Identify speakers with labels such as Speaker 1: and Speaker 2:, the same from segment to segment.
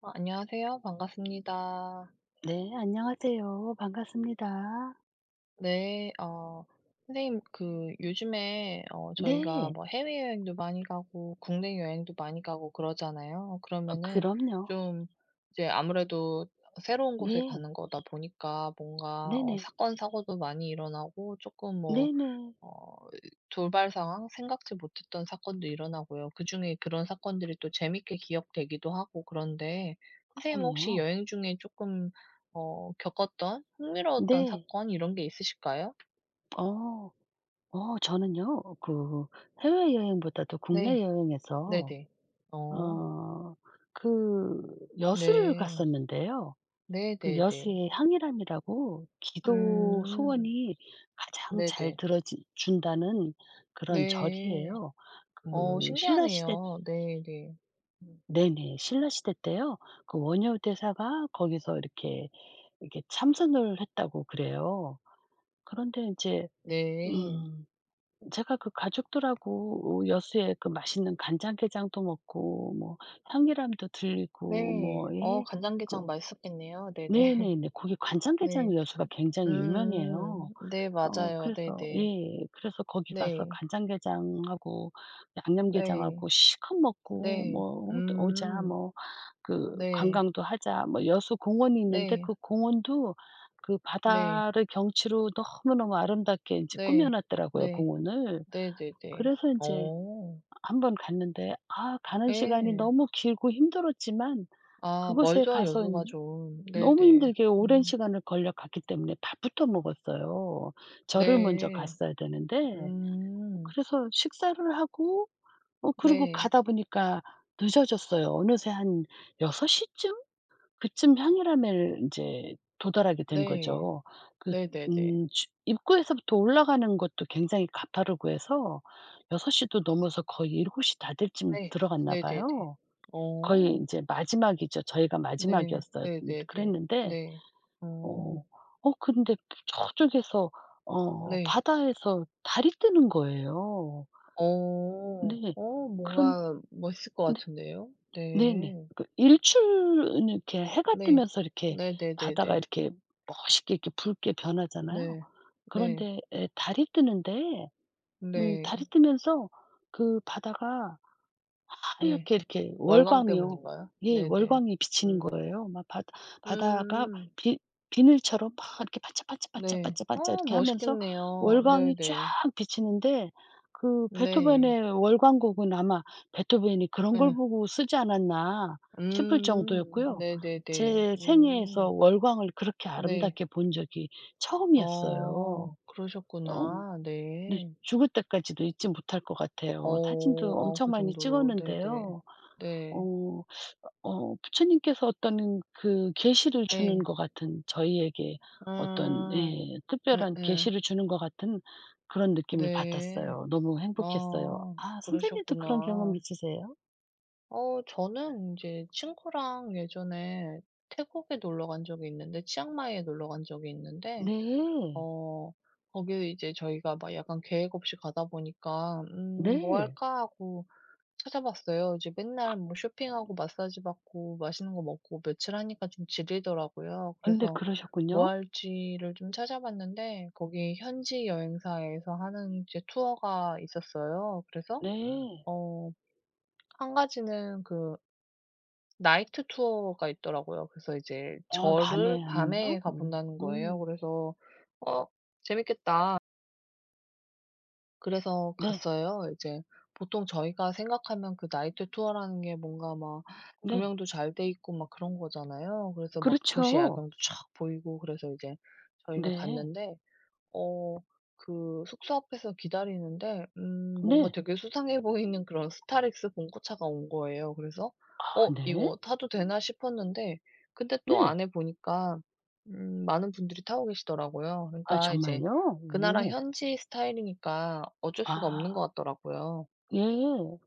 Speaker 1: 아, 안녕하세요. 반갑습니다.
Speaker 2: 네, 안녕하세요. 반갑습니다.
Speaker 1: 네, 선생님, 요즘에, 저희가
Speaker 2: 네.
Speaker 1: 뭐 해외여행도 많이 가고, 국내 여행도 많이 가고 그러잖아요. 그러면은
Speaker 2: 그럼요.
Speaker 1: 좀, 이제 아무래도 새로운 곳에
Speaker 2: 예.
Speaker 1: 가는 거다 보니까 뭔가,
Speaker 2: 네네.
Speaker 1: 사건, 사고도 많이 일어나고, 조금 뭐,
Speaker 2: 네네.
Speaker 1: 어 돌발 상황 생각지 못했던 사건도 일어나고요. 그중에 그런 사건들이 또 재밌게 기억되기도 하고 그런데 선생님 혹시
Speaker 2: 그럼요.
Speaker 1: 여행 중에 조금 겪었던 흥미로웠던
Speaker 2: 네.
Speaker 1: 사건 이런 게 있으실까요?
Speaker 2: 어. 저는요. 해외여행보다도 국내
Speaker 1: 네.
Speaker 2: 여행에서
Speaker 1: 네네. 어.
Speaker 2: 어 그 여수를
Speaker 1: 네.
Speaker 2: 갔었는데요. 그
Speaker 1: 네네네.
Speaker 2: 여수의 향일암이라고 기도
Speaker 1: 음.
Speaker 2: 소원이 가장 잘
Speaker 1: 네네.
Speaker 2: 들어 준다는 그런
Speaker 1: 네.
Speaker 2: 절이에요.
Speaker 1: 어
Speaker 2: 그 신라 시대.
Speaker 1: 신기하네요. 네네. 음.
Speaker 2: 네네. 신라 시대 때요. 그 원효 대사가 거기서 이렇게 이렇게 참선을 했다고 그래요. 그런데 인제
Speaker 1: 네. 네.
Speaker 2: 음 제가 그 가족들하고 여수에 그 맛있는 간장게장도 먹고 뭐 향리람도 들리고
Speaker 1: 네.
Speaker 2: 뭐
Speaker 1: 어
Speaker 2: 예
Speaker 1: 간장게장
Speaker 2: 그
Speaker 1: 맛있었겠네요. 네네.
Speaker 2: 네네네. 거기 간장게장
Speaker 1: 네.
Speaker 2: 여수가 굉장히 유명해요.
Speaker 1: 음. 네 맞아요.
Speaker 2: 그래서
Speaker 1: 네네.
Speaker 2: 예 그래서 거기 가서
Speaker 1: 네.
Speaker 2: 간장게장하고
Speaker 1: 네.
Speaker 2: 양념게장하고 실컷 먹고
Speaker 1: 네.
Speaker 2: 뭐 '오자.'
Speaker 1: 음.
Speaker 2: 뭐 그
Speaker 1: 네.
Speaker 2: 관광도 하자. 뭐 여수 공원이 있는데
Speaker 1: 네.
Speaker 2: 그 공원도 그
Speaker 1: 네.
Speaker 2: 바다를 경치로 너무너무 아름답게 인제 꾸며
Speaker 1: 네.
Speaker 2: 놨더라고요,
Speaker 1: 네.
Speaker 2: 공원을.
Speaker 1: 네네네.
Speaker 2: 그래서 인제
Speaker 1: 어.
Speaker 2: 한번 갔는데 아 가는 시간이
Speaker 1: 예.
Speaker 2: 너무 길고 힘들었지만
Speaker 1: 아
Speaker 2: 그곳에
Speaker 1: 멀죠
Speaker 2: 가서
Speaker 1: 여수가 좀.
Speaker 2: 너무
Speaker 1: 네네.
Speaker 2: 힘들게 오랜
Speaker 1: 음.
Speaker 2: 시간을 걸려 갔기 때문에 밥부터 먹었어요. 절을 먼저
Speaker 1: 네.
Speaker 2: 갔어야 되는데.
Speaker 1: 음.
Speaker 2: 그래서 식사를 하고 그리고
Speaker 1: 네.
Speaker 2: 가다 보니까 늦어졌어요. 어느새 한 6 시쯤? 그쯤 향유람에 이제 도달하게 된
Speaker 1: 네.
Speaker 2: 거죠. 그
Speaker 1: 네네네.
Speaker 2: 주 입구에서부터 올라가는 것도 굉장히 가파르고 해서 6 시도 넘어서 거의 7시 다될쯤
Speaker 1: 네.
Speaker 2: 들어갔나
Speaker 1: 네네네.
Speaker 2: 봐요. 거의
Speaker 1: 어.
Speaker 2: 이제 마지막이죠. 저희가
Speaker 1: 네.
Speaker 2: 마지막이었어요. 음.
Speaker 1: 네네네.
Speaker 2: 그랬는데
Speaker 1: 네. 어.
Speaker 2: 어 근데 저쪽에서
Speaker 1: 네.
Speaker 2: 바다에서 달이 뜨는 거예요.
Speaker 1: 어.
Speaker 2: 네.
Speaker 1: 어
Speaker 2: 그런
Speaker 1: 뭔가 멋있을 것 같은데요.
Speaker 2: 네네.
Speaker 1: 네.
Speaker 2: 그 일출은 이렇게 해가
Speaker 1: 네.
Speaker 2: 뜨면서 이렇게 바다가
Speaker 1: 네네네네.
Speaker 2: 이렇게 멋있게 이렇게 붉게 변하잖아요.
Speaker 1: 네. 네.
Speaker 2: 그런데 예 달이 뜨는데
Speaker 1: 네.
Speaker 2: 달이 뜨면서 그 바다가
Speaker 1: 네.
Speaker 2: 하얗게 이렇게
Speaker 1: 월광
Speaker 2: 월광이요.
Speaker 1: 때문인가요?
Speaker 2: 예
Speaker 1: 네네.
Speaker 2: 월광이 비치는
Speaker 1: 음.
Speaker 2: 거예요. 막 바다 바다가
Speaker 1: 음
Speaker 2: 비 비늘처럼 막 이렇게
Speaker 1: 네.
Speaker 2: 반짝반짝반짝반짝반짝
Speaker 1: 어
Speaker 2: 이렇게 하면서
Speaker 1: 멋있겠네요.
Speaker 2: 월광이 쫙
Speaker 1: 네네.
Speaker 2: 비치는데 그
Speaker 1: 네.
Speaker 2: 베토벤의 월광곡은 아마 '베토벤이 그런 걸
Speaker 1: 네.
Speaker 2: 보고 쓰지 않았나.' 싶을
Speaker 1: 음.
Speaker 2: 정도였고요.
Speaker 1: 네네네.
Speaker 2: 제 생애에서
Speaker 1: 음.
Speaker 2: 월광을 그렇게
Speaker 1: 네.
Speaker 2: 아름답게 본 적이
Speaker 1: 어
Speaker 2: 처음이었어요. 어
Speaker 1: 그러셨구나.
Speaker 2: 근데
Speaker 1: 네.
Speaker 2: 죽을 때까지도 잊지 못할 것 같아요. 사진도
Speaker 1: 어. 아
Speaker 2: 엄청
Speaker 1: 그
Speaker 2: 많이
Speaker 1: 정도로 네네.
Speaker 2: 찍었는데요.
Speaker 1: 네.
Speaker 2: 어 부처님께서 어떤 그 계시를 주는
Speaker 1: 네.
Speaker 2: 것 같은 저희에게 어떤
Speaker 1: 아.
Speaker 2: 예 특별한
Speaker 1: 예예.
Speaker 2: 계시를 주는 것 같은 그런 느낌을
Speaker 1: 네.
Speaker 2: 받았어요. 너무 행복했어요.
Speaker 1: 아
Speaker 2: 아 선생님도 그런 경험
Speaker 1: 그러셨구나.
Speaker 2: 있으세요?
Speaker 1: 어 저는 인제 친구랑 예전에 태국에 놀러 간 적이 있는데 치앙마이에 놀러 간 적이 있는데
Speaker 2: 네.
Speaker 1: 어 거기 이제 저희가 막 약간 계획 없이 가다 보니까 '음 뭐
Speaker 2: 네.
Speaker 1: 할까?' 하고 찾아봤어요. 이제 맨날 뭐 쇼핑하고 마사지 받고 맛있는 거 먹고 며칠 하니까 좀 질리더라고요.
Speaker 2: 근데
Speaker 1: 그래서 뭐
Speaker 2: 그러셨군요.
Speaker 1: 할지를 좀 찾아봤는데 거기 현지 여행사에서 하는 이제 투어가 있었어요. 그래서
Speaker 2: 네.
Speaker 1: 어 한 가지는 나이트 투어가 있더라고요. 그래서 이제
Speaker 2: 아
Speaker 1: 절을
Speaker 2: 밤에
Speaker 1: 밤에
Speaker 2: 하면요?
Speaker 1: 가
Speaker 2: 음.
Speaker 1: 본다는 거예요.
Speaker 2: 음.
Speaker 1: 그래서 '어 재밌겠다.' 그래서
Speaker 2: 네.
Speaker 1: 갔어요. 이제 보통 저희가 생각하면 그 나이트 투어라는 게 뭔가 막
Speaker 2: 네.
Speaker 1: 조명도 잘 돼 있고 막 그런 거잖아요. 그래서 막 도시
Speaker 2: 그렇죠.
Speaker 1: 야경도 촥 보이고 그래서 이제 저희가
Speaker 2: 네.
Speaker 1: 갔는데 어 그 숙소 앞에서 기다리는데 뭔가
Speaker 2: 네.
Speaker 1: 되게 수상해 보이는 그런 스타렉스 봉고차가 온 거예요. 그래서
Speaker 2: 아
Speaker 1: '어
Speaker 2: 네.
Speaker 1: 이거 타도 되나?' 싶었는데 근데 또
Speaker 2: 네.
Speaker 1: 안에 보니까 많은 분들이 타고 계시더라고요.
Speaker 2: 아
Speaker 1: 그러니까 이제
Speaker 2: 정말요?
Speaker 1: 그 나라
Speaker 2: 오.
Speaker 1: 현지 스타일이니까 어쩔 수가 없는 것
Speaker 2: 아.
Speaker 1: 같더라고요.
Speaker 2: 예.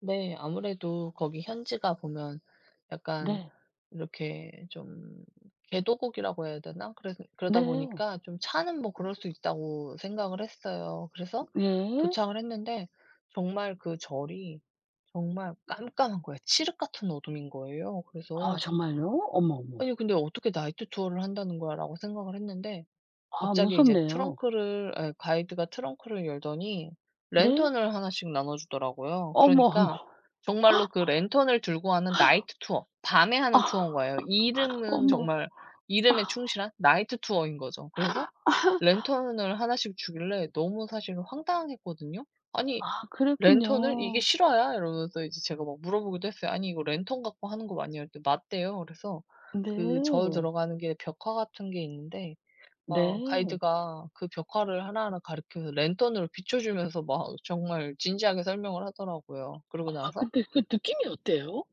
Speaker 1: 네. 아무래도 거기 현지가 보면 약간
Speaker 2: 네.
Speaker 1: 이렇게 좀 개도국이라고 해야 되나? 그래서 그러다
Speaker 2: 네.
Speaker 1: 보니까 좀 차는 뭐 그럴 수 있다고 생각을 했어요. 그래서
Speaker 2: 네.
Speaker 1: 도착을 했는데 정말 그 절이 정말 깜깜한 거예요. 칠흑 같은 어둠인 거예요.
Speaker 2: 아
Speaker 1: 그래서
Speaker 2: 정말요? 어머, 어머.
Speaker 1: '아니 근데 어떻게 나이트 투어를 한다는 거야.'라고 생각을 했는데
Speaker 2: 아
Speaker 1: 갑자기 이제
Speaker 2: 무섭네요.
Speaker 1: 트렁크를 아니, 가이드가 트렁크를 열더니
Speaker 2: 네?
Speaker 1: 랜턴을 하나씩 나눠 주더라고요.
Speaker 2: 어머,
Speaker 1: 그러니까
Speaker 2: 어머.
Speaker 1: 정말로 그 랜턴을 들고 하는 나이트 투어 밤에
Speaker 2: 아
Speaker 1: 하는 투어인 거예요. 이름은
Speaker 2: 어머.
Speaker 1: 정말 이름에 충실한 나이트 투어인 거죠. 그래서 랜턴을 하나씩 주길래 너무 사실은 황당했거든요. "아니
Speaker 2: 아
Speaker 1: 랜턴을? 이게
Speaker 2: 그랬군요.
Speaker 1: 실화야?" 이러면서 이제 제가 막 물어보기도 했어요. "아니 이거 랜턴 갖고 하는 거 맞냐?" 그랬더니 맞대요. 그래서 그 절
Speaker 2: 네.
Speaker 1: 들어가는 게 벽화 같은 게 있는데 막
Speaker 2: 네.
Speaker 1: 가이드가 그 벽화를 하나하나 가르쳐서 랜턴으로 비춰 주면서 막 정말 진지하게 설명을 하더라고요. 그러고
Speaker 2: 아
Speaker 1: 나서
Speaker 2: 근데 그 느낌이 어때요?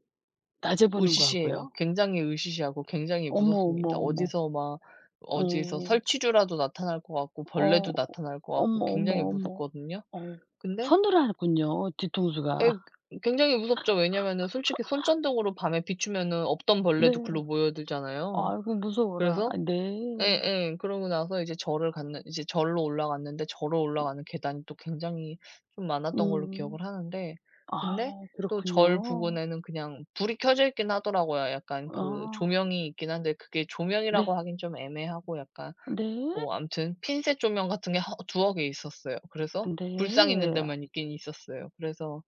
Speaker 2: 낮에 보는
Speaker 1: 으시시해요.
Speaker 2: 거하고요?
Speaker 1: 굉장히 으시시하고 굉장히
Speaker 2: 어머, 어머,
Speaker 1: 무섭습니다.
Speaker 2: 어머.
Speaker 1: 어디서 막 어디에서
Speaker 2: 어.
Speaker 1: 설치류라도 나타날 것 같고
Speaker 2: 어.
Speaker 1: 벌레도 나타날 것 같고
Speaker 2: 어머, 어머,
Speaker 1: 굉장히
Speaker 2: 어머.
Speaker 1: 무섭거든요.
Speaker 2: 어.
Speaker 1: 근데
Speaker 2: 서늘하군요, 뒤통수가.
Speaker 1: 에 굉장히 무섭죠. 왜냐면은 솔직히 손전등으로 밤에 비추면은 없던
Speaker 2: 네.
Speaker 1: 벌레도 글로 모여들잖아요.
Speaker 2: 아이고 무서워라.
Speaker 1: 그래서
Speaker 2: 아 네.
Speaker 1: 예예. 그러고 나서 이제 절을 갔는 이제 절로 올라갔는데 절로 올라가는 계단이 또 굉장히 좀 많았던 걸로
Speaker 2: 음.
Speaker 1: 기억을 하는데 근데
Speaker 2: 아
Speaker 1: 또 절
Speaker 2: 그렇군요.
Speaker 1: 부근에는 그냥 불이 켜져 있긴 하더라고요. 약간 그
Speaker 2: 아.
Speaker 1: 조명이 있긴 한데 그게 조명이라고
Speaker 2: 네.
Speaker 1: 하긴 좀 애매하고 약간
Speaker 2: 네.
Speaker 1: 뭐 아무튼 핀셋 조명 같은 게 허 2-3 개 있었어요. 그래서 불상 있는
Speaker 2: 네.
Speaker 1: 데만 있긴 있었어요. 그래서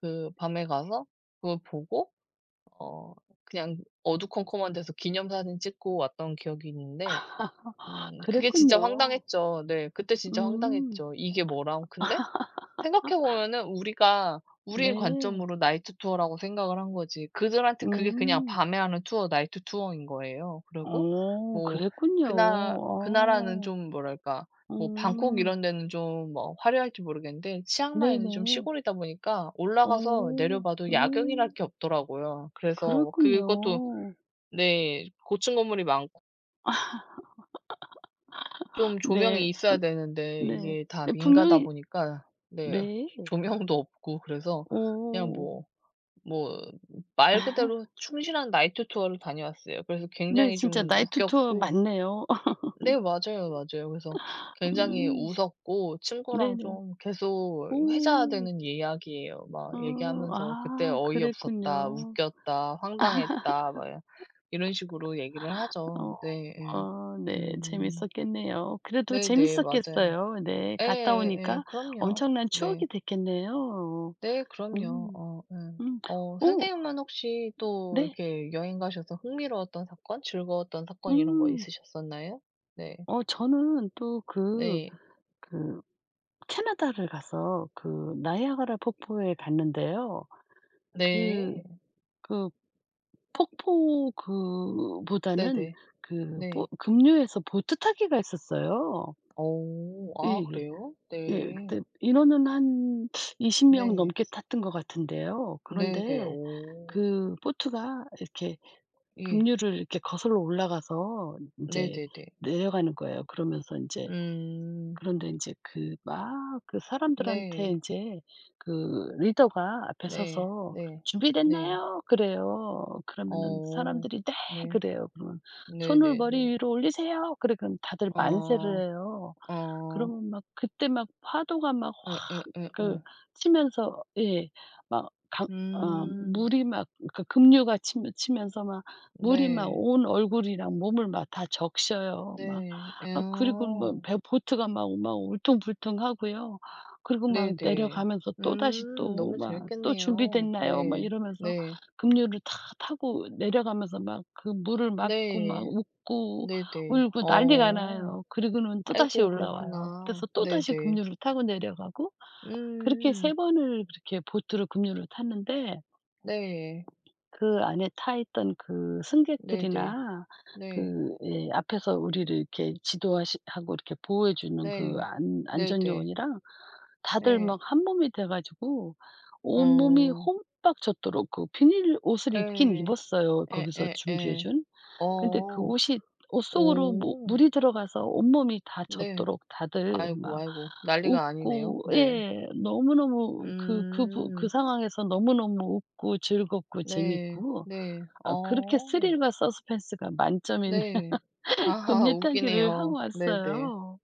Speaker 1: 그 밤에 가서 그걸 보고 어 그냥 어두컴컴한 데서 기념사진 찍고 왔던 기억이 있는데 그게 진짜
Speaker 2: 그랬군요.
Speaker 1: 황당했죠. 네. 그때 진짜
Speaker 2: 음.
Speaker 1: 황당했죠. '이게 뭐람.' 근데 생각해 보면은 우리가 우리의
Speaker 2: 네.
Speaker 1: 관점으로 나이트 투어라고 생각을 한 거지 그들한테 그게 그냥
Speaker 2: 음.
Speaker 1: 밤에 하는 투어 나이트 투어인 거예요. 그리고
Speaker 2: 어
Speaker 1: 뭐
Speaker 2: 그랬군요.
Speaker 1: 그 나 그 나라는
Speaker 2: 어.
Speaker 1: 좀 뭐랄까 뭐 방콕
Speaker 2: 음.
Speaker 1: 이런 데는 좀 뭐 화려할지 모르겠는데 치앙마이는 좀
Speaker 2: 네네.
Speaker 1: 시골이다 보니까 올라가서
Speaker 2: 어.
Speaker 1: 내려봐도 야경이랄
Speaker 2: 음.
Speaker 1: 게 없더라고요. 그래서
Speaker 2: 그랬군요.
Speaker 1: 그것도 네 고층 건물이 많고 좀 조명이
Speaker 2: 네.
Speaker 1: 있어야 되는데
Speaker 2: 네.
Speaker 1: 이게 다
Speaker 2: 네
Speaker 1: 민가다
Speaker 2: 분명히.
Speaker 1: 보니까 네
Speaker 2: 네.
Speaker 1: 조명도 없고 그래서 그냥
Speaker 2: 어.
Speaker 1: 뭐 말 그대로 충실한 나이트 투어를 다녀왔어요. 그래서
Speaker 2: 네
Speaker 1: 굉장히
Speaker 2: 진짜
Speaker 1: 좀
Speaker 2: 나이트 투어
Speaker 1: 웃겼고
Speaker 2: 맞네요.
Speaker 1: 네 맞아요, 맞아요. 그래서 굉장히
Speaker 2: 음.
Speaker 1: 웃었고 친구랑
Speaker 2: 네네.
Speaker 1: 좀 계속
Speaker 2: 오.
Speaker 1: 회자되는 이야기예요.
Speaker 2: 어.
Speaker 1: 막 얘기하면서 "그때
Speaker 2: 아
Speaker 1: 어이없었다.
Speaker 2: 그랬군요.
Speaker 1: 웃겼다. 황당했다." 막 이 이런 식으로 얘기를 하죠.
Speaker 2: 어.
Speaker 1: 네 예.
Speaker 2: 어, 네.
Speaker 1: 음.
Speaker 2: 재밌었겠네요. 그래도
Speaker 1: 네네. 맞아요.
Speaker 2: 재밌었겠어요. 네. 갔다
Speaker 1: 예예예.
Speaker 2: 오니까
Speaker 1: 그럼요.
Speaker 2: 엄청난
Speaker 1: 네.
Speaker 2: 추억이 됐겠네요.
Speaker 1: 네 그럼요.
Speaker 2: 음.
Speaker 1: 어 예.
Speaker 2: 음.
Speaker 1: 어
Speaker 2: 오.
Speaker 1: 선생님은 혹시 또
Speaker 2: 네.
Speaker 1: 이렇게 여행 가셔서 흥미로웠던 사건, 즐거웠던 사건 이런 거
Speaker 2: 음.
Speaker 1: 있으셨었나요? 네.
Speaker 2: 저는 또
Speaker 1: 네.
Speaker 2: 그 캐나다를 가서 그 나이아가라 폭포에 갔는데요. 그
Speaker 1: 네.
Speaker 2: 그 폭포 그 보다는
Speaker 1: 네네.
Speaker 2: 그 보
Speaker 1: 네.
Speaker 2: 급류에서 보트 타기가 있었어요.
Speaker 1: 어.
Speaker 2: 예.
Speaker 1: 아
Speaker 2: 예.
Speaker 1: 그래요?
Speaker 2: 예.
Speaker 1: 네.
Speaker 2: 그때 인원은 한 20명
Speaker 1: 네.
Speaker 2: 넘게 탔던 것 같은데요.
Speaker 1: 네네.
Speaker 2: 그런데
Speaker 1: 오.
Speaker 2: 그 보트가 이렇게
Speaker 1: 예.
Speaker 2: 급류를 이렇게 거슬러 올라가서 인제
Speaker 1: 네네네.
Speaker 2: 내려가는 거예요. 그러면서 인제
Speaker 1: 음.
Speaker 2: 그런데 인제 사람들한테
Speaker 1: 네.
Speaker 2: 인제 그 리더가 앞에
Speaker 1: 네.
Speaker 2: 서서
Speaker 1: 네. 네.
Speaker 2: "준비됐나요?" 그래요. 그러면은
Speaker 1: 어.
Speaker 2: 사람들이 "네."
Speaker 1: 네.
Speaker 2: 그래요. 그러면 "손을 머리
Speaker 1: 네네네.
Speaker 2: 위로 올리세요." 그래 그럼 다들
Speaker 1: 어.
Speaker 2: 만세를 해요.
Speaker 1: 어.
Speaker 2: 그러면 막 그때 막 파도가 막확 그
Speaker 1: 예예예예.
Speaker 2: 치면서 예. 막 강 어
Speaker 1: 음.
Speaker 2: 물이 막 그 급류가 치면서 막 물이 막
Speaker 1: 네.
Speaker 2: 온 얼굴이랑 몸을 막 다 적셔요. 막
Speaker 1: 네.
Speaker 2: 아 그리고 뭐
Speaker 1: 어.
Speaker 2: 배 보트가 막 막 울퉁불퉁하고요. 그리고 막
Speaker 1: 네네.
Speaker 2: 내려가면서 또다시
Speaker 1: 음.
Speaker 2: 또
Speaker 1: 너무
Speaker 2: 막 "또
Speaker 1: 재밌겠네요.
Speaker 2: 준비됐나요?" 막
Speaker 1: 네.
Speaker 2: 이러면서
Speaker 1: 네.
Speaker 2: 급류를 다 타고 내려가면서 막 그 물을 맞고 막
Speaker 1: 네.
Speaker 2: 웃고
Speaker 1: 네네.
Speaker 2: 울고 난리가
Speaker 1: 어.
Speaker 2: 나요. 그리고는 또다시
Speaker 1: 아이고
Speaker 2: 올라와요.
Speaker 1: 그렇구나.
Speaker 2: 그래서 또다시
Speaker 1: 네네.
Speaker 2: 급류를 타고 내려가고 그렇게
Speaker 1: 음.
Speaker 2: 세 번을 그렇게 보트로 급류를 탔는데
Speaker 1: 네.
Speaker 2: 그 안에 타 있던 그
Speaker 1: 네네.
Speaker 2: 승객들이나
Speaker 1: 네.
Speaker 2: 그 예 앞에서 우리를 이렇게 지도하시 하고 이렇게 보호해 주는 그
Speaker 1: 네.
Speaker 2: 안 안전
Speaker 1: 네네.
Speaker 2: 요원이랑 다들
Speaker 1: 예.
Speaker 2: 막 한몸이 돼 가지고 온몸이
Speaker 1: 어.
Speaker 2: 홈빡 젖도록 그 비닐 옷을 입긴
Speaker 1: 예.
Speaker 2: 입었어요, 거기서 준비해
Speaker 1: 예예예.
Speaker 2: 준. 근데 그
Speaker 1: 어.
Speaker 2: 옷이 옷 속으로 뭐
Speaker 1: 오.
Speaker 2: 물이 들어가서 온몸이 다
Speaker 1: 네.
Speaker 2: 젖도록 다들
Speaker 1: 아이고,
Speaker 2: 막
Speaker 1: 아이고. 난리가 아니네요.
Speaker 2: 웃고
Speaker 1: 네.
Speaker 2: 예. 너무너무 그 그 부 그
Speaker 1: 음.
Speaker 2: 상황에서 너무너무 웃고 즐겁고
Speaker 1: 네.
Speaker 2: 재밌고
Speaker 1: 네.
Speaker 2: 아 그렇게
Speaker 1: 어.
Speaker 2: 스릴과 서스펜스가 만점인
Speaker 1: 네. 아
Speaker 2: 금리 타기를 하고
Speaker 1: 웃기네요. 네네.
Speaker 2: 왔어요.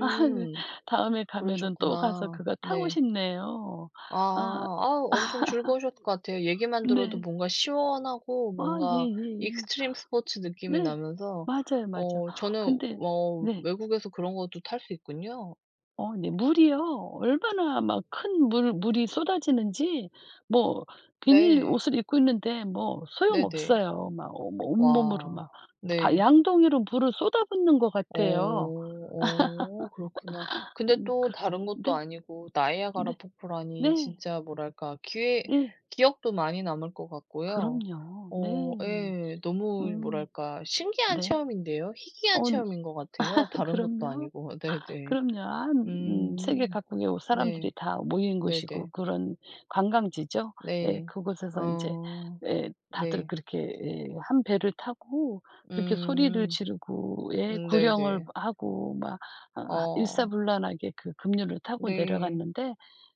Speaker 2: 아 네. 다음에 가면은 또 가서
Speaker 1: 그러셨구나.
Speaker 2: 그거 타고
Speaker 1: 네.
Speaker 2: 싶네요.
Speaker 1: 아.
Speaker 2: 아
Speaker 1: 아 엄청 즐거우셨을 것 같아요. 얘기만 들어도
Speaker 2: 네.
Speaker 1: 뭔가 시원하고
Speaker 2: 아
Speaker 1: 뭔가
Speaker 2: 예예예.
Speaker 1: 익스트림 스포츠 느낌이
Speaker 2: 네.
Speaker 1: 나면서
Speaker 2: 맞아요, 맞아.
Speaker 1: 어 저는
Speaker 2: 근데
Speaker 1: 어
Speaker 2: 네.
Speaker 1: 외국에서 그런 것도 탈 수 있군요.
Speaker 2: 어 네. 물이요. 얼마나 막 큰 물 물이 쏟아지는지 뭐 비닐
Speaker 1: 네.
Speaker 2: 옷을 입고 있는데 뭐
Speaker 1: 네네.
Speaker 2: 소용없어요. 막 뭐 온몸으로
Speaker 1: 와.
Speaker 2: 막 바
Speaker 1: 네.
Speaker 2: 양동이로 물을 쏟아붓는 것
Speaker 1: 어.
Speaker 2: 같아요.
Speaker 1: 어 그렇구나. 근데
Speaker 2: 음
Speaker 1: 또
Speaker 2: 그
Speaker 1: 다른 것도
Speaker 2: 네.
Speaker 1: 아니고 나이아가라
Speaker 2: 네.
Speaker 1: 폭포라니
Speaker 2: 네.
Speaker 1: 진짜 뭐랄까 기회
Speaker 2: 네,
Speaker 1: 기억도 많이 남을 것 같고요.
Speaker 2: 그럼요.
Speaker 1: 어
Speaker 2: 네.
Speaker 1: 예. 너무
Speaker 2: 음
Speaker 1: 뭐랄까 신기한
Speaker 2: 네.
Speaker 1: 체험인데요. 희귀한
Speaker 2: 어
Speaker 1: 체험인 것 같아요. 다른 것도
Speaker 2: 그럼요.
Speaker 1: 아니고. 네네.
Speaker 2: 그럼요. 아 세계
Speaker 1: 음.
Speaker 2: 각국의 오
Speaker 1: 네.
Speaker 2: 사람들이 다 모이는 곳이고
Speaker 1: 네네.
Speaker 2: 그런 관광지죠. 예.
Speaker 1: 네.
Speaker 2: 그곳에서 이제
Speaker 1: 어.
Speaker 2: 예 다들
Speaker 1: 네.
Speaker 2: 그렇게 예 한 배를 타고 그렇게 소리를
Speaker 1: 음.
Speaker 2: 지르고 예 구령을
Speaker 1: 네네.
Speaker 2: 하고 막 아
Speaker 1: 어.
Speaker 2: 일사불란하게 그 급류를 타고
Speaker 1: 네.
Speaker 2: 내려갔는데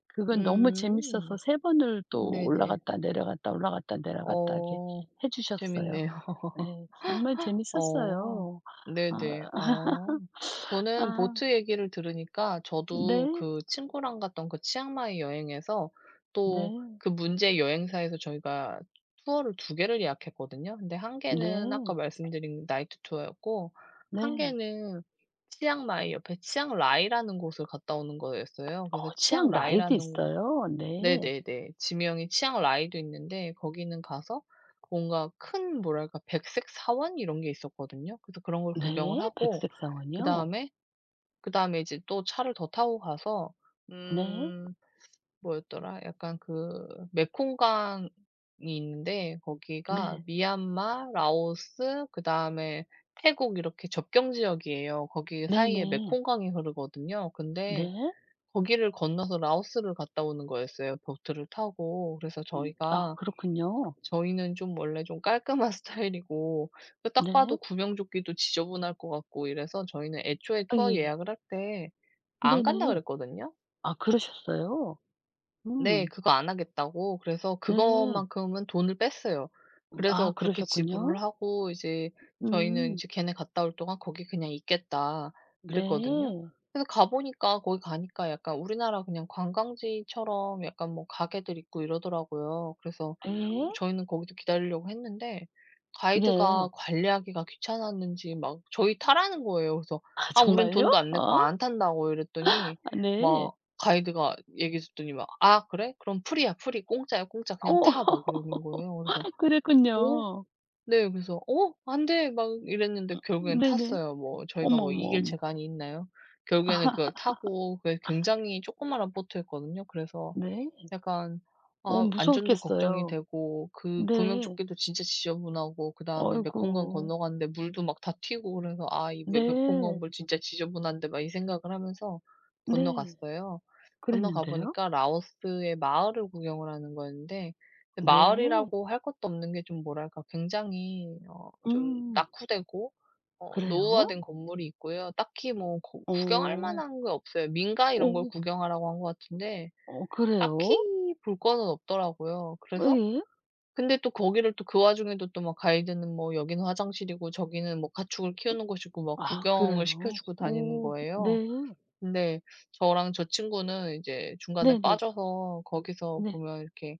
Speaker 2: 그건 너무 재밌어서
Speaker 1: 음.
Speaker 2: 세 번을 또
Speaker 1: 네네.
Speaker 2: 올라갔다 내려갔다 올라갔다 내려갔다 하게
Speaker 1: 어.
Speaker 2: 해 주셨어요.
Speaker 1: 재밌네요.
Speaker 2: 예. 정말
Speaker 1: 어.
Speaker 2: 재밌었어요. 아.
Speaker 1: 네네. 어. 저는
Speaker 2: 아
Speaker 1: 보트 얘기를 들으니까 저도
Speaker 2: 네.
Speaker 1: 그 친구랑 갔던 그 치앙마이 여행에서 또
Speaker 2: 네.
Speaker 1: 그 문제 여행사에서 저희가 투어를 두 개를 예약했거든요. 근데 한
Speaker 2: 네.
Speaker 1: 개는 아까 말씀드린 나이트 투어였고 한
Speaker 2: 네.
Speaker 1: 개는 치앙마이 옆에 치앙라이라는 곳을 갔다 오는 거였어요. 그래서
Speaker 2: 치약 라이도
Speaker 1: 치앙라이라는
Speaker 2: 있어요. 네.
Speaker 1: 네네네. 지명이 치앙 라이도 있는데 거기는 가서 뭔가 큰 뭐랄까 백색 사원 이런 게 있었거든요. 그래서 그런 걸 구경을
Speaker 2: 네.
Speaker 1: 하고
Speaker 2: 백색 사원이요?
Speaker 1: 그다음에, 그다음에 이제 또 차를 더 타고 가서
Speaker 2: 네.
Speaker 1: 음 뭐였더라? 약간 그 메콩강이 있는데 거기가
Speaker 2: 네.
Speaker 1: 미얀마, 라오스 그다음에 태국 이렇게 접경 지역이에요. 거기 사이에
Speaker 2: 네네.
Speaker 1: 메콩강이 흐르거든요. 근데
Speaker 2: 네.
Speaker 1: 거기를 건너서 라오스를 갔다 오는 거였어요, 보트를 타고. 그래서
Speaker 2: 아
Speaker 1: 저희가
Speaker 2: 그렇군요.
Speaker 1: 저희는 좀 원래 좀 깔끔한 스타일이고 그 딱 봐도
Speaker 2: 네.
Speaker 1: 구명조끼도 지저분할 것 같고 이래서 저희는 애초에
Speaker 2: 아
Speaker 1: 투어
Speaker 2: 예예.
Speaker 1: 예약을 할 때 안 간다
Speaker 2: 네네.
Speaker 1: 그랬거든요.
Speaker 2: 아 그러셨어요?
Speaker 1: 네.
Speaker 2: 음.
Speaker 1: 그거 안 하겠다고. 그래서
Speaker 2: 네.
Speaker 1: 그것만큼은 돈을 뺐어요. 그래서
Speaker 2: 아
Speaker 1: 그렇게 지불을
Speaker 2: 그러셨군요.
Speaker 1: 하고 이제 저희는
Speaker 2: 음.
Speaker 1: 이제 "걔네 갔다 올 동안 거기 그냥 있겠다." 그랬거든요.
Speaker 2: 네.
Speaker 1: 그래서 가 보니까 거기 가니까 약간 우리나라 그냥 관광지처럼 약간 뭐 가게들 있고 이러더라고요. 그래서
Speaker 2: 예.
Speaker 1: 저희는 거기서 기다리려고 했는데 가이드가
Speaker 2: 예.
Speaker 1: 관리하기가 귀찮았는지 막 저희 타라는 거예요. 그래서
Speaker 2: 아
Speaker 1: "아 우린
Speaker 2: 정말요?
Speaker 1: 돈도 안 냈고
Speaker 2: 아
Speaker 1: 안 탄다."고 이랬더니
Speaker 2: 아 네.
Speaker 1: 막 가이드가 얘기해 줬더니만 "아 그래? 그럼 풀이야 풀이 공짜야 공짜. 그냥
Speaker 2: 어
Speaker 1: 타." 막 이러는 거예요. 그래서 "어?"
Speaker 2: 그랬군요.
Speaker 1: 네. 그래서 "어? 안 돼." 막 이랬는데 결국엔
Speaker 2: 네네.
Speaker 1: 탔어요. 뭐 저희가
Speaker 2: 어머,
Speaker 1: 뭐
Speaker 2: 어머,
Speaker 1: 이길
Speaker 2: 어머.
Speaker 1: 재간이 있나요? 결국에는 그걸 타고 그게 굉장히 조그마한 보트였거든요. 그래서
Speaker 2: 네.
Speaker 1: 약간
Speaker 2: 어
Speaker 1: 아 안전도 걱정이
Speaker 2: 무서웠겠어요.
Speaker 1: 되고 그
Speaker 2: 네.
Speaker 1: 구명조끼도 진짜 지저분하고 그다음에
Speaker 2: 아이고.
Speaker 1: 메콩강 건너갔는데 물도 막 다 튀고 그래서 '아 이 메 메콩강
Speaker 2: 네.
Speaker 1: 물 진짜 지저분한데.' 막 이 생각을 하면서
Speaker 2: 네.
Speaker 1: 건너갔어요. 건너가
Speaker 2: 그랬는데요?
Speaker 1: 보니까 라오스의 마을을 구경을 하는 거였는데 근데
Speaker 2: 네.
Speaker 1: 마을이라고 할 것도 없는 게 좀 뭐랄까 굉장히 좀
Speaker 2: 음.
Speaker 1: 낙후되고
Speaker 2: 그래요?
Speaker 1: 노후화된 건물이 있고요. 딱히 뭐 거 구경할
Speaker 2: 어.
Speaker 1: 만한 게 없어요. 민가 이런 걸
Speaker 2: 어.
Speaker 1: 구경하라고 한 것 같은데
Speaker 2: 어 그래요?
Speaker 1: 딱히 볼 거는 없더라고요. 그래서
Speaker 2: 예.
Speaker 1: 근데 또 거기를 또 그 와중에도 또 막 가이드는 뭐 여기는 화장실이고 저기는 뭐 가축을 키우는 곳이고 막
Speaker 2: 아
Speaker 1: 구경을
Speaker 2: 그래요?
Speaker 1: 시켜주고 다니는
Speaker 2: 오 네.
Speaker 1: 거예요. 근데 저랑 저 친구는 이제 중간에
Speaker 2: 네네.
Speaker 1: 빠져서 거기서
Speaker 2: 네.
Speaker 1: 보면 이렇게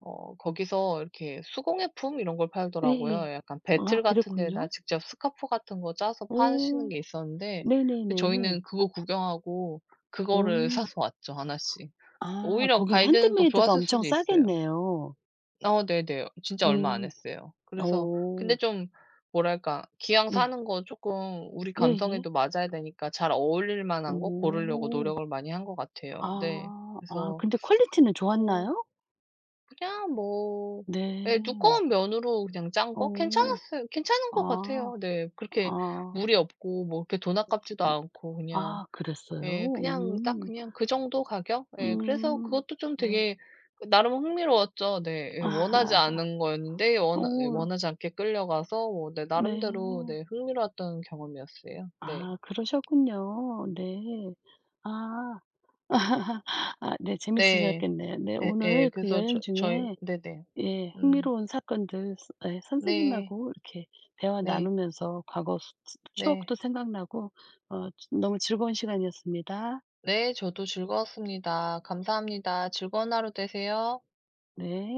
Speaker 1: 거기서 이렇게 수공예품 이런 걸 팔더라고요.
Speaker 2: 예예.
Speaker 1: 약간
Speaker 2: 아
Speaker 1: 배틀 같은 데에다
Speaker 2: 그랬군요.
Speaker 1: 직접 스카프 같은 거 짜서 파시는
Speaker 2: 오.
Speaker 1: 게 있었는데 데
Speaker 2: 네네네.
Speaker 1: 저희는 그거 구경하고 그거를
Speaker 2: 음.
Speaker 1: 사서 왔죠, 하나씩.
Speaker 2: 아
Speaker 1: 오히려
Speaker 2: 거기는
Speaker 1: 가이드는 더
Speaker 2: 핸드메이드가
Speaker 1: 좋았을
Speaker 2: 엄청
Speaker 1: 수도 있어요.
Speaker 2: 싸겠네요.
Speaker 1: 어 네네. 진짜 얼마 안
Speaker 2: 음.
Speaker 1: 했어요. 그래서 근데
Speaker 2: 어.
Speaker 1: 좀 뭐랄까 기왕
Speaker 2: 예.
Speaker 1: 사는 거 쪼끔 우리
Speaker 2: 예예.
Speaker 1: 감성에도 맞아야 되니까 잘 어울릴 만한 거 고르려고
Speaker 2: 오.
Speaker 1: 노력을 많이 한 것 같아요. 네.
Speaker 2: 아. 아
Speaker 1: 그래서
Speaker 2: 근데 퀄리티는
Speaker 1: 어
Speaker 2: 좋았나요?
Speaker 1: 그냥 뭐
Speaker 2: 네.
Speaker 1: 예 두꺼운 면으로 그냥 짠 거
Speaker 2: 어.
Speaker 1: 괜찮았어요. 괜찮은 것
Speaker 2: 아.
Speaker 1: 같아요. 네. 그렇게
Speaker 2: 아.
Speaker 1: 무리 없고 뭐 그렇게 돈 아깝지도
Speaker 2: 음.
Speaker 1: 않고 그냥
Speaker 2: 아
Speaker 1: 예.
Speaker 2: 그랬어요?
Speaker 1: 그냥 딱
Speaker 2: 음.
Speaker 1: 그냥 그 정도 가격? 예. 그래서
Speaker 2: 음.
Speaker 1: 그것도 좀
Speaker 2: 네.
Speaker 1: 되게 그 나름 흥미로웠죠. 네. 예. 원하지 않은 거였는데
Speaker 2: 어
Speaker 1: 원하지 않게 끌려가서 뭐 네 나름대로 네
Speaker 2: 네.
Speaker 1: 흥미로웠던 경험이었어요. 네.
Speaker 2: 아 그러셨군요. 네. 아. 아 네
Speaker 1: 네.
Speaker 2: 재밌으셨겠네요. 네
Speaker 1: 예예.
Speaker 2: 오늘 그
Speaker 1: 그래서
Speaker 2: 여행
Speaker 1: 저희
Speaker 2: 중에
Speaker 1: 네네.
Speaker 2: 예
Speaker 1: 음.
Speaker 2: 흥미로운 사건들 스 예
Speaker 1: 네.
Speaker 2: 선생님하고 이렇게 대화
Speaker 1: 네.
Speaker 2: 나누면서 과거 수 추 추억도
Speaker 1: 네.
Speaker 2: 생각나고 너무 즐거운 시간이었습니다.
Speaker 1: 네. 저도 즐거웠습니다. 감사합니다. 즐거운 하루 되세요.
Speaker 2: 네.